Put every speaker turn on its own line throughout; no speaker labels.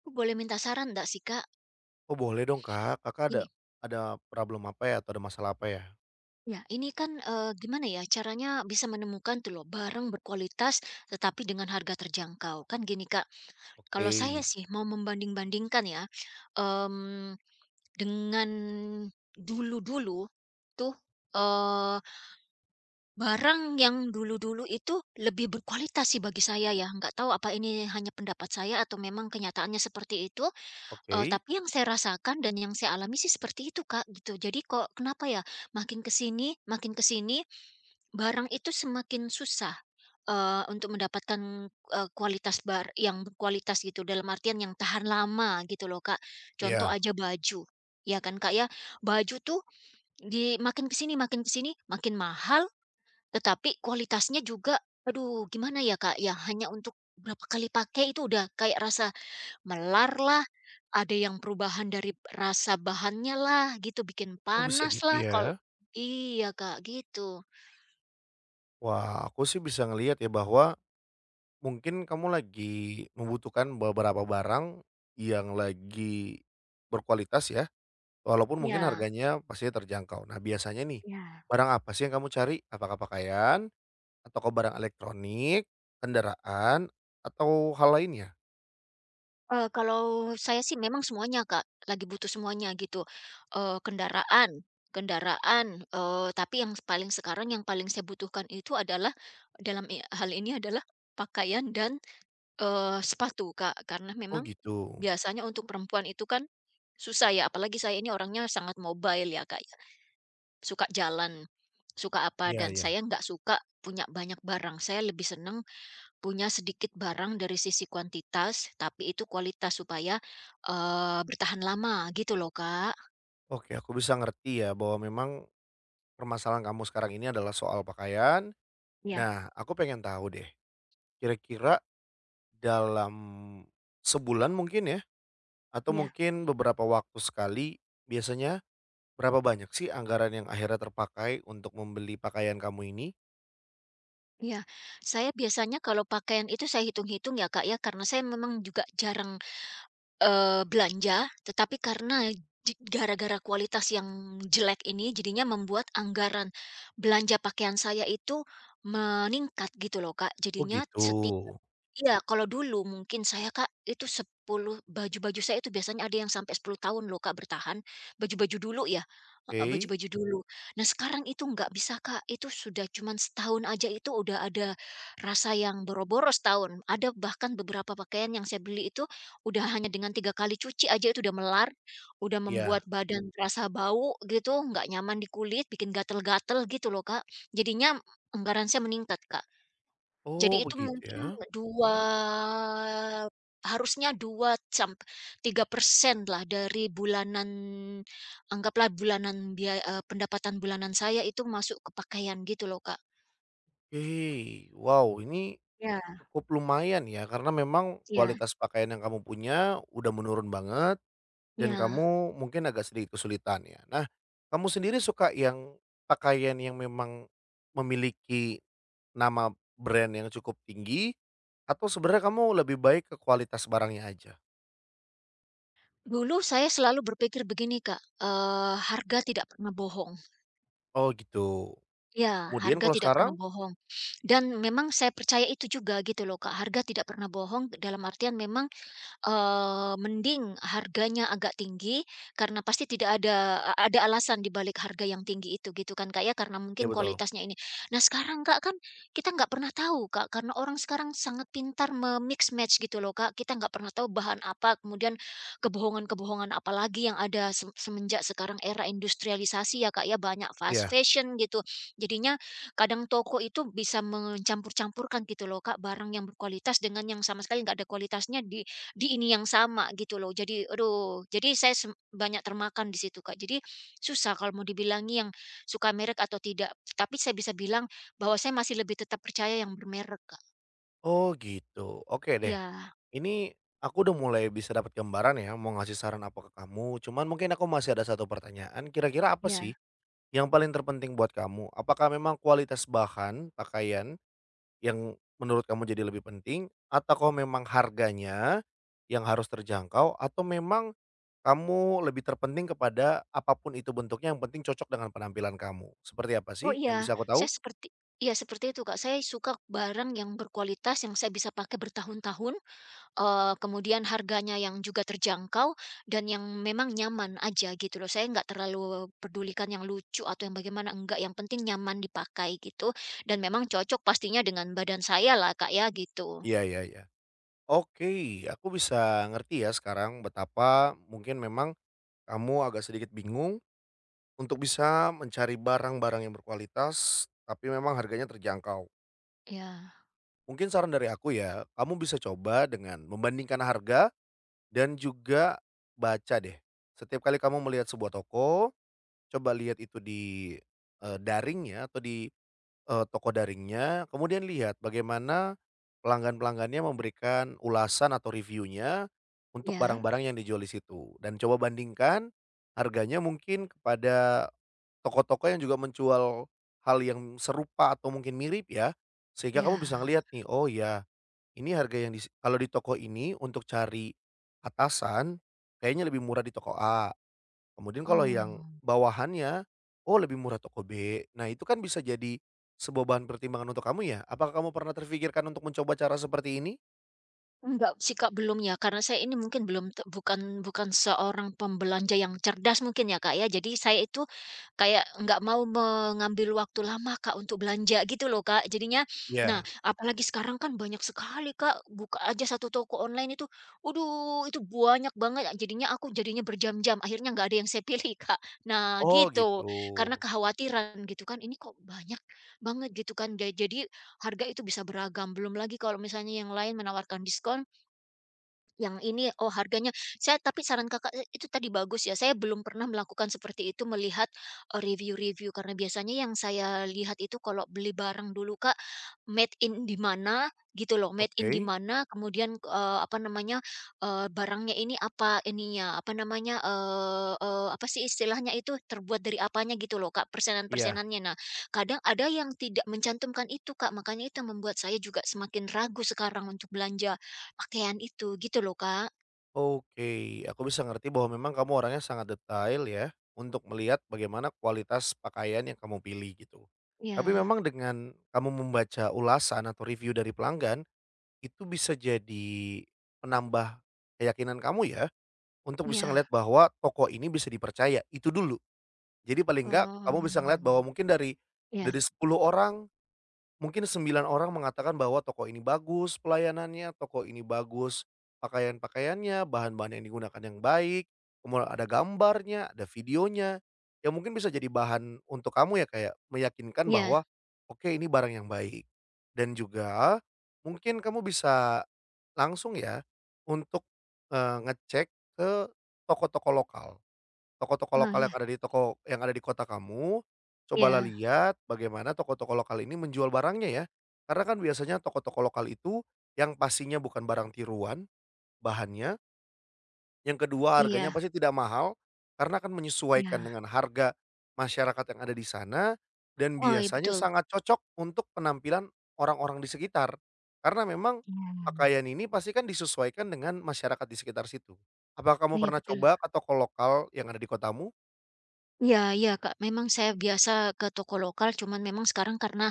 Aku boleh minta saran enggak sih Kak?
Oh boleh dong, Kak. Kakak ada
Ini,
ada problem apa ya, atau ada masalah apa ya?
ya ini kan, gimana ya caranya bisa menemukan tuh loh barang berkualitas tetapi dengan harga terjangkau. Kan gini Kak,
Oke,
kalau saya sih mau membanding-bandingkan ya, mmm, dengan dulu-dulu tuh, eee, barang yang dulu-dulu itu lebih berkualitas sih bagi saya ya, nggak tahu apa ini hanya pendapat saya atau memang kenyataannya seperti itu.
oke,
Tapi yang saya rasakan dan yang saya alami sih seperti itu, Kak, gitu. Jadi kok kenapa ya, makin ke sini, barang itu semakin susah, untuk mendapatkan, kualitas yang berkualitas gitu, dalam artian yang tahan lama gitu loh, Kak. Contoh
ya.
aja baju, ya kan, Kak, ya. Baju tuh makin ke sini makin ke sini, makin mahal, tetapi kualitasnya juga aduh gimana ya, Kak, ya, hanya untuk berapa kali pakai itu udah kayak rasa melar lah, ada yang perubahan dari rasa bahannya lah, gitu, bikin
Oh bisa
panas
gitu
lah,
ya?
iya, Kak, gitu.
Wah, aku sih bisa ngelihat ya bahwa mungkin kamu lagi membutuhkan beberapa barang, yang lagi berkualitas ya, walaupun mungkin
Ya,
harganya pastinya terjangkau. Nah, biasanya nih,
ya.
barang apa sih yang kamu cari? Apakah pakaian? Ataukah barang elektronik? Kendaraan? Atau hal lainnya?
Kalau saya sih memang semuanya, Kak, lagi butuh semuanya gitu, kendaraan kendaraan, tapi yang paling sekarang yang paling saya butuhkan itu adalah dalam i hal ini adalah pakaian dan, sepatu, Kak, karena
Oh
memang
gitu,
biasanya untuk perempuan itu kan susah ya, apalagi saya ini orangnya sangat mobile ya, Kak. Ya. Suka jalan, suka apa,
iya
dan
ya.
saya nggak suka punya banyak barang. Saya lebih seneng punya sedikit barang dari sisi kuantitas, tapi itu kualitas supaya, bertahan lama gitu loh, Kak.
Oke, aku bisa ngerti ya bahwa memang permasalahan kamu sekarang ini adalah soal pakaian.
Ya,
Nah, aku pengen tahu deh, kira-kira dalam sebulan mungkin ya, atau
ya,
mungkin beberapa waktu sekali, biasanya berapa banyak sih anggaran yang akhirnya terpakai untuk membeli pakaian kamu ini?
ya. Saya biasanya kalau pakaian itu saya hitung-hitung ya, Kak, ya, karena saya memang juga jarang belanja, tetapi karena gara-gara kualitas yang jelek ini, jadinya membuat anggaran belanja pakaian saya itu meningkat gitu loh, Kak.
Oh
Jadinya
gitu,
setiap Iya, kalau dulu mungkin saya, Kak, itu 10 baju-baju saya itu biasanya ada yang sampai 10 tahun loh, Kak, bertahan. Baju-baju dulu ya, heeh,
oke.
baju-baju dulu. Nah, sekarang itu nggak bisa, Kak. Itu sudah cuman setahun aja itu udah ada rasa yang boros-boros tahun. Ada bahkan beberapa pakaian yang saya beli itu udah hanya dengan 3 kali cuci aja itu udah melar, udah membuat
Ya.
badan terasa bau gitu, nggak nyaman di kulit, bikin gatel-gatel gitu loh, Kak. Jadinya anggaran saya meningkat, Kak.
Oh
Jadi itu
begitu
mungkin
ya,
2 harusnya 2 tiga persen lah dari bulanan, anggaplah bulanan biaya pendapatan bulanan saya itu masuk ke pakaian gitu loh, Kak.
oke. Wow, ini
Ya,
cukup lumayan ya, karena memang
ya.
kualitas pakaian yang kamu punya udah menurun banget. Dan
Ya,
kamu mungkin agak sedikit kesulitan ya. Nah, kamu sendiri suka yang pakaian yang memang memiliki nama brand yang cukup tinggi atau sebenarnya kamu lebih baik ke kualitas barangnya aja?
dulu saya selalu berpikir begini, Kak, harga tidak pernah bohong.
Oh gitu.
Ya,
Kemudian
harga
kalau
tidak pernah
sekarang,
bohong. Dan memang saya percaya itu juga gitu loh, Kak, harga tidak pernah bohong dalam artian memang, mending harganya agak tinggi, karena pasti tidak ada ada alasan di balik harga yang tinggi itu gitu kan Kak ya, karena
ya
mungkin
betul.
kualitasnya ini. Nah sekarang Kak, kan kita nggak pernah tahu Kak, karena orang sekarang sangat pintar memix match gitu loh Kak, kita nggak pernah tahu bahan apa, kemudian kebohongan-kebohongan apa lagi yang ada semenjak sekarang era industrialisasi ya Kak ya, banyak fast
Iya.
fashion gitu. Jadinya kadang toko itu bisa mencampur-campurkan gitu loh Kak, barang yang berkualitas dengan yang sama sekali nggak ada kualitasnya di ini yang sama gitu loh. Jadi aduh, jadi saya banyak termakan di situ, Kak. Jadi susah kalau mau dibilangi yang suka merek atau tidak, tapi saya bisa bilang bahwa saya masih lebih tetap percaya yang bermerek, Kak.
Oh gitu. Oke deh.
Iya,
Ini aku udah mulai bisa dapat gambaran ya mau ngasih saran apa ke kamu. Cuman mungkin aku masih ada satu pertanyaan. Kira-kira apa sih
iya.
yang paling terpenting buat kamu? Apakah memang kualitas bahan pakaian yang menurut kamu jadi lebih penting, atau kalau memang harganya yang harus terjangkau, atau memang kamu lebih terpenting kepada apapun itu bentuknya yang penting cocok dengan penampilan kamu? Seperti apa
Oh
sih yang
iya,
bisa aku tahu?
saya seperti iya seperti itu, Kak. Saya suka barang yang berkualitas yang saya bisa pakai bertahun-tahun, kemudian harganya yang juga terjangkau dan yang memang nyaman aja gitu loh. Saya nggak terlalu pedulikan yang lucu atau yang bagaimana, enggak, yang penting nyaman dipakai gitu dan memang cocok pastinya dengan badan saya lah Kak ya gitu.
Iya, iya, iya. Oke, aku bisa ngerti ya sekarang betapa mungkin memang kamu agak sedikit bingung untuk bisa mencari barang-barang yang berkualitas, tapi memang harganya terjangkau.
Ya,
Mungkin saran dari aku ya, kamu bisa coba dengan membandingkan harga dan juga baca deh, setiap kali kamu melihat sebuah toko, coba lihat itu di, daring ya atau di, toko daringnya, kemudian lihat bagaimana pelanggan-pelanggannya memberikan ulasan atau reviewnya untuk
ya,
barang-barang yang dijual di situ. Dan coba bandingkan harganya mungkin kepada toko-toko yang juga menjual hal yang serupa atau mungkin mirip ya, sehingga
ya.
kamu bisa ngelihat nih, "Oh ya, ini harga yang dis kalau di toko ini untuk cari atasan, kayaknya lebih murah di toko A, kemudian kalau yang
Oh.
bawahannya, oh lebih murah toko B." Nah, itu kan bisa jadi sebuah bahan pertimbangan untuk kamu ya? Apakah kamu pernah terfikirkan untuk mencoba cara seperti ini?
Enggak sih, Kak, belum ya, karena saya ini mungkin belum bukan bukan seorang pembelanja yang cerdas mungkin ya, Kak, ya. Jadi saya itu kayak nggak mau mengambil waktu lama, Kak, untuk belanja gitu loh, Kak. Jadinya nah,
Ya.
apalagi sekarang kan banyak sekali, Kak, buka aja satu toko online itu, waduh, itu banyak banget, jadinya jadinya berjam-jam, akhirnya nggak ada yang saya pilih, Kak. Nah
Oh gitu.
gitu, karena kekhawatiran gitu kan, ini kok banyak banget gitu kan, jadi harga itu bisa beragam, belum lagi kalau misalnya yang lain menawarkan diskon, yang ini, oh harganya saya tapi saran Kakak itu tadi bagus ya, saya belum pernah melakukan seperti itu melihat, review-review karena biasanya yang saya lihat itu kalau beli barang dulu, Kak, made in di mana gitu loh, made in di
Oke.
mana, kemudian, apa namanya, barangnya ini apa ininya, apa namanya, eee eee, apa sih istilahnya itu, terbuat dari apanya gitu loh, Kak,
Iya.
persenan-persenannya. Nah, kadang ada yang tidak mencantumkan itu, Kak, makanya itu yang membuat saya juga semakin ragu sekarang untuk belanja pakaian itu, gitu loh, Kak.
Oke, aku bisa ngerti bahwa memang kamu orangnya sangat detail ya, untuk melihat bagaimana kualitas pakaian yang kamu pilih gitu. Tapi
Ya,
memang dengan kamu membaca ulasan atau review dari pelanggan, itu bisa jadi penambah keyakinan kamu ya, untuk bisa ngelihat
ya,
bahwa toko ini bisa dipercaya, itu dulu. Jadi paling enggak kamu bisa ngelihat
oh,
bahwa mungkin dari
ya,
10 orang mungkin 9 orang mengatakan bahwa toko ini bagus pelayanannya, toko ini bagus pakaian-pakaiannya, bahan-bahan yang digunakan yang baik, kemudian ada gambarnya, ada videonya, yang mungkin bisa jadi bahan untuk kamu ya kayak meyakinkan bahwa,
ya,
oke ini barang yang baik. Dan juga mungkin kamu bisa langsung ya untuk, ngecek ke toko-toko lokal. Toko-toko
oh,
lokal
ya.
yang ada di toko yang ada di kota kamu, cobalah
Iya,
lihat bagaimana toko-toko lokal ini menjual barangnya ya. Karena kan biasanya toko-toko lokal itu yang pastinya bukan barang tiruan bahannya, yang kedua harganya
iya,
pasti tidak mahal, karena akan menyesuaikan
iya.
dengan harga masyarakat yang ada di sana dan
Oh, iya,
biasanya
betul.
sangat cocok untuk penampilan orang-orang di sekitar. Karena memang
Iya,
pakaian ini pasti kan disesuaikan dengan masyarakat di sekitar situ. Apa kamu
oh, iya,
pernah
betul.
coba ke toko lokal yang ada di kotamu?
Iya, iya, Kak, memang saya biasa ke toko lokal, cuman memang sekarang karena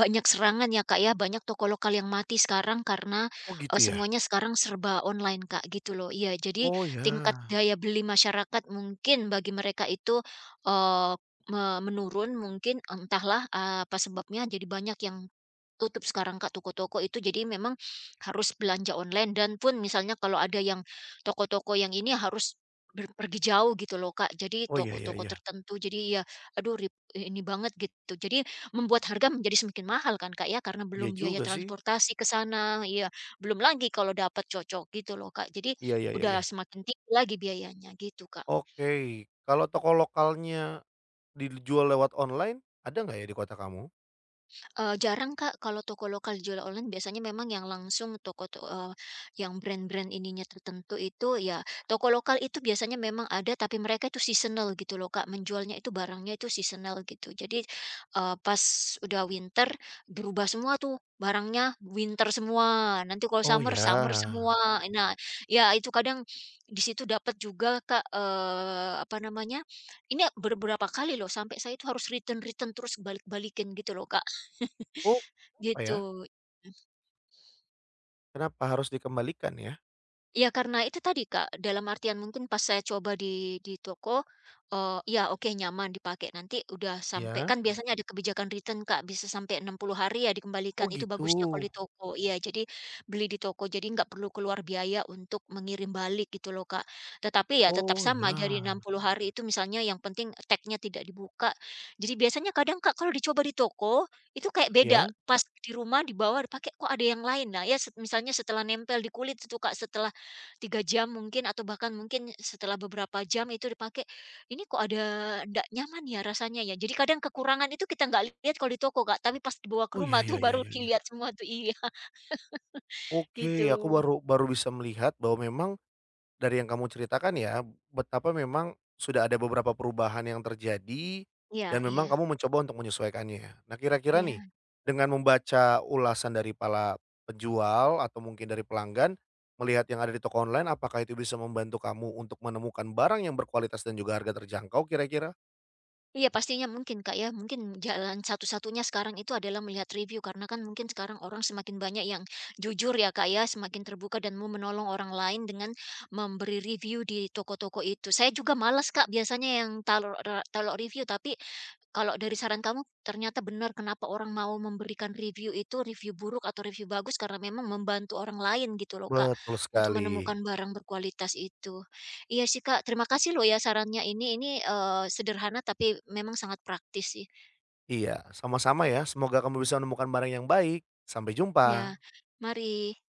banyak serangan ya, Kak, ya, banyak toko lokal yang mati sekarang karena,
Oh gitu ya?
semuanya sekarang serba online, Kak, gitu loh. Iya, jadi
Oh
tingkat
ya.
daya beli masyarakat mungkin bagi mereka itu, eee, menurun mungkin, entahlah eh, apa sebabnya, jadi banyak yang tutup sekarang Kak, toko-toko itu. Jadi memang harus belanja online dan pun misalnya kalau ada yang toko-toko yang ini harus pergi jauh gitu loh Kak. Jadi
Oh ya ya
toko-toko
ya.
tertentu. Jadi ya aduh ini banget gitu. Jadi membuat harga menjadi semakin mahal kan Kak ya, karena
Iya
belum biaya
juga sih.
transportasi ke sana, iya. Belum lagi kalau dapat cocok gitu loh Kak. Jadi
Iya ya ya
udah
ya.
semakin tinggi lagi biayanya gitu Kak.
Oke, kalau toko lokalnya dijual lewat online, ada nggak ya di kota kamu?
Jarang Kak, kalau toko lokal jual online biasanya memang yang langsung yang brand-brand ininya tertentu itu ya toko lokal itu biasanya memang ada tapi mereka itu seasonal gitu loh Kak, menjualnya itu barangnya itu seasonal gitu. Jadi, pas udah winter berubah semua tuh barangnya winter semua, nanti kalau
Oh
summer, summer
ya.
semua. Nah, ya itu kadang di situ dapat juga Kak, apa namanya, ini beberapa kali loh sampai saya itu harus return return terus balik-balikin gitu loh Kak.
Oh, apa ya?
Gitu.
Kenapa harus dikembalikan ya?
Ya karena itu tadi, Kak, dalam artian mungkin pas saya coba di toko, iya oke nyaman dipakai, nanti udah sampai kan
Ya.
Biasanya ada kebijakan return, Kak, bisa sampai 60 hari ya
Oh
dikembalikan, itu
gitu.
bagusnya kalau di toko. Iya, jadi beli di toko, jadi nggak perlu keluar biaya untuk mengirim balik gitu loh, Kak. Tetapi ya tetap
Oh
sama dari
ya.
60 hari itu misalnya yang penting tag-nya tidak dibuka. Jadi biasanya kadang, Kak, kalau dicoba di toko, itu kayak beda,
Ya.
pas di rumah dibawa dipakai, kok ada yang lain. Nah, ya misalnya setelah nempel di kulit itu, Kak, setelah 3 jam mungkin atau bahkan mungkin setelah beberapa jam itu dipakai, ini kok ada ndak nyaman ya rasanya ya. Jadi kadang kekurangan itu kita nggak lihat kalau di toko Kak, tapi pas dibawa ke
Oh
rumah
ya
tuh
ya ya
baru
ya ya.
dilihat semua tuh, iya,
Oke, aku
gitu.
baru baru bisa melihat bahwa memang dari yang kamu ceritakan ya, betapa memang sudah ada beberapa perubahan yang terjadi
Iya,
dan
iya,
memang kamu mencoba untuk menyesuaikannya. Nah, kira-kira nih
iya.
dengan membaca ulasan dari para penjual atau mungkin dari pelanggan, melihat yang ada di toko online, apakah itu bisa membantu kamu untuk menemukan barang yang berkualitas dan juga harga terjangkau kira-kira?
Iya pastinya mungkin Kak ya, mungkin jalan satu-satunya sekarang itu adalah melihat review karena kan mungkin sekarang orang semakin banyak yang jujur ya Kak ya, semakin terbuka dan mau menolong orang lain dengan memberi review di toko-toko itu. Saya juga malas Kak biasanya yang taruh taruh review, tapi kalau dari saran kamu ternyata benar kenapa orang mau memberikan review itu, review buruk atau review bagus, karena memang membantu orang lain gitu loh Kak,
Betul
untuk
sekali.
menemukan barang berkualitas itu. Iya sih, Kak, terima kasih loh ya sarannya ini sederhana tapi memang sangat praktis sih.
Iya, sama-sama ya. Semoga kamu bisa menemukan barang yang baik. Sampai
Ya,
jumpa.
mari.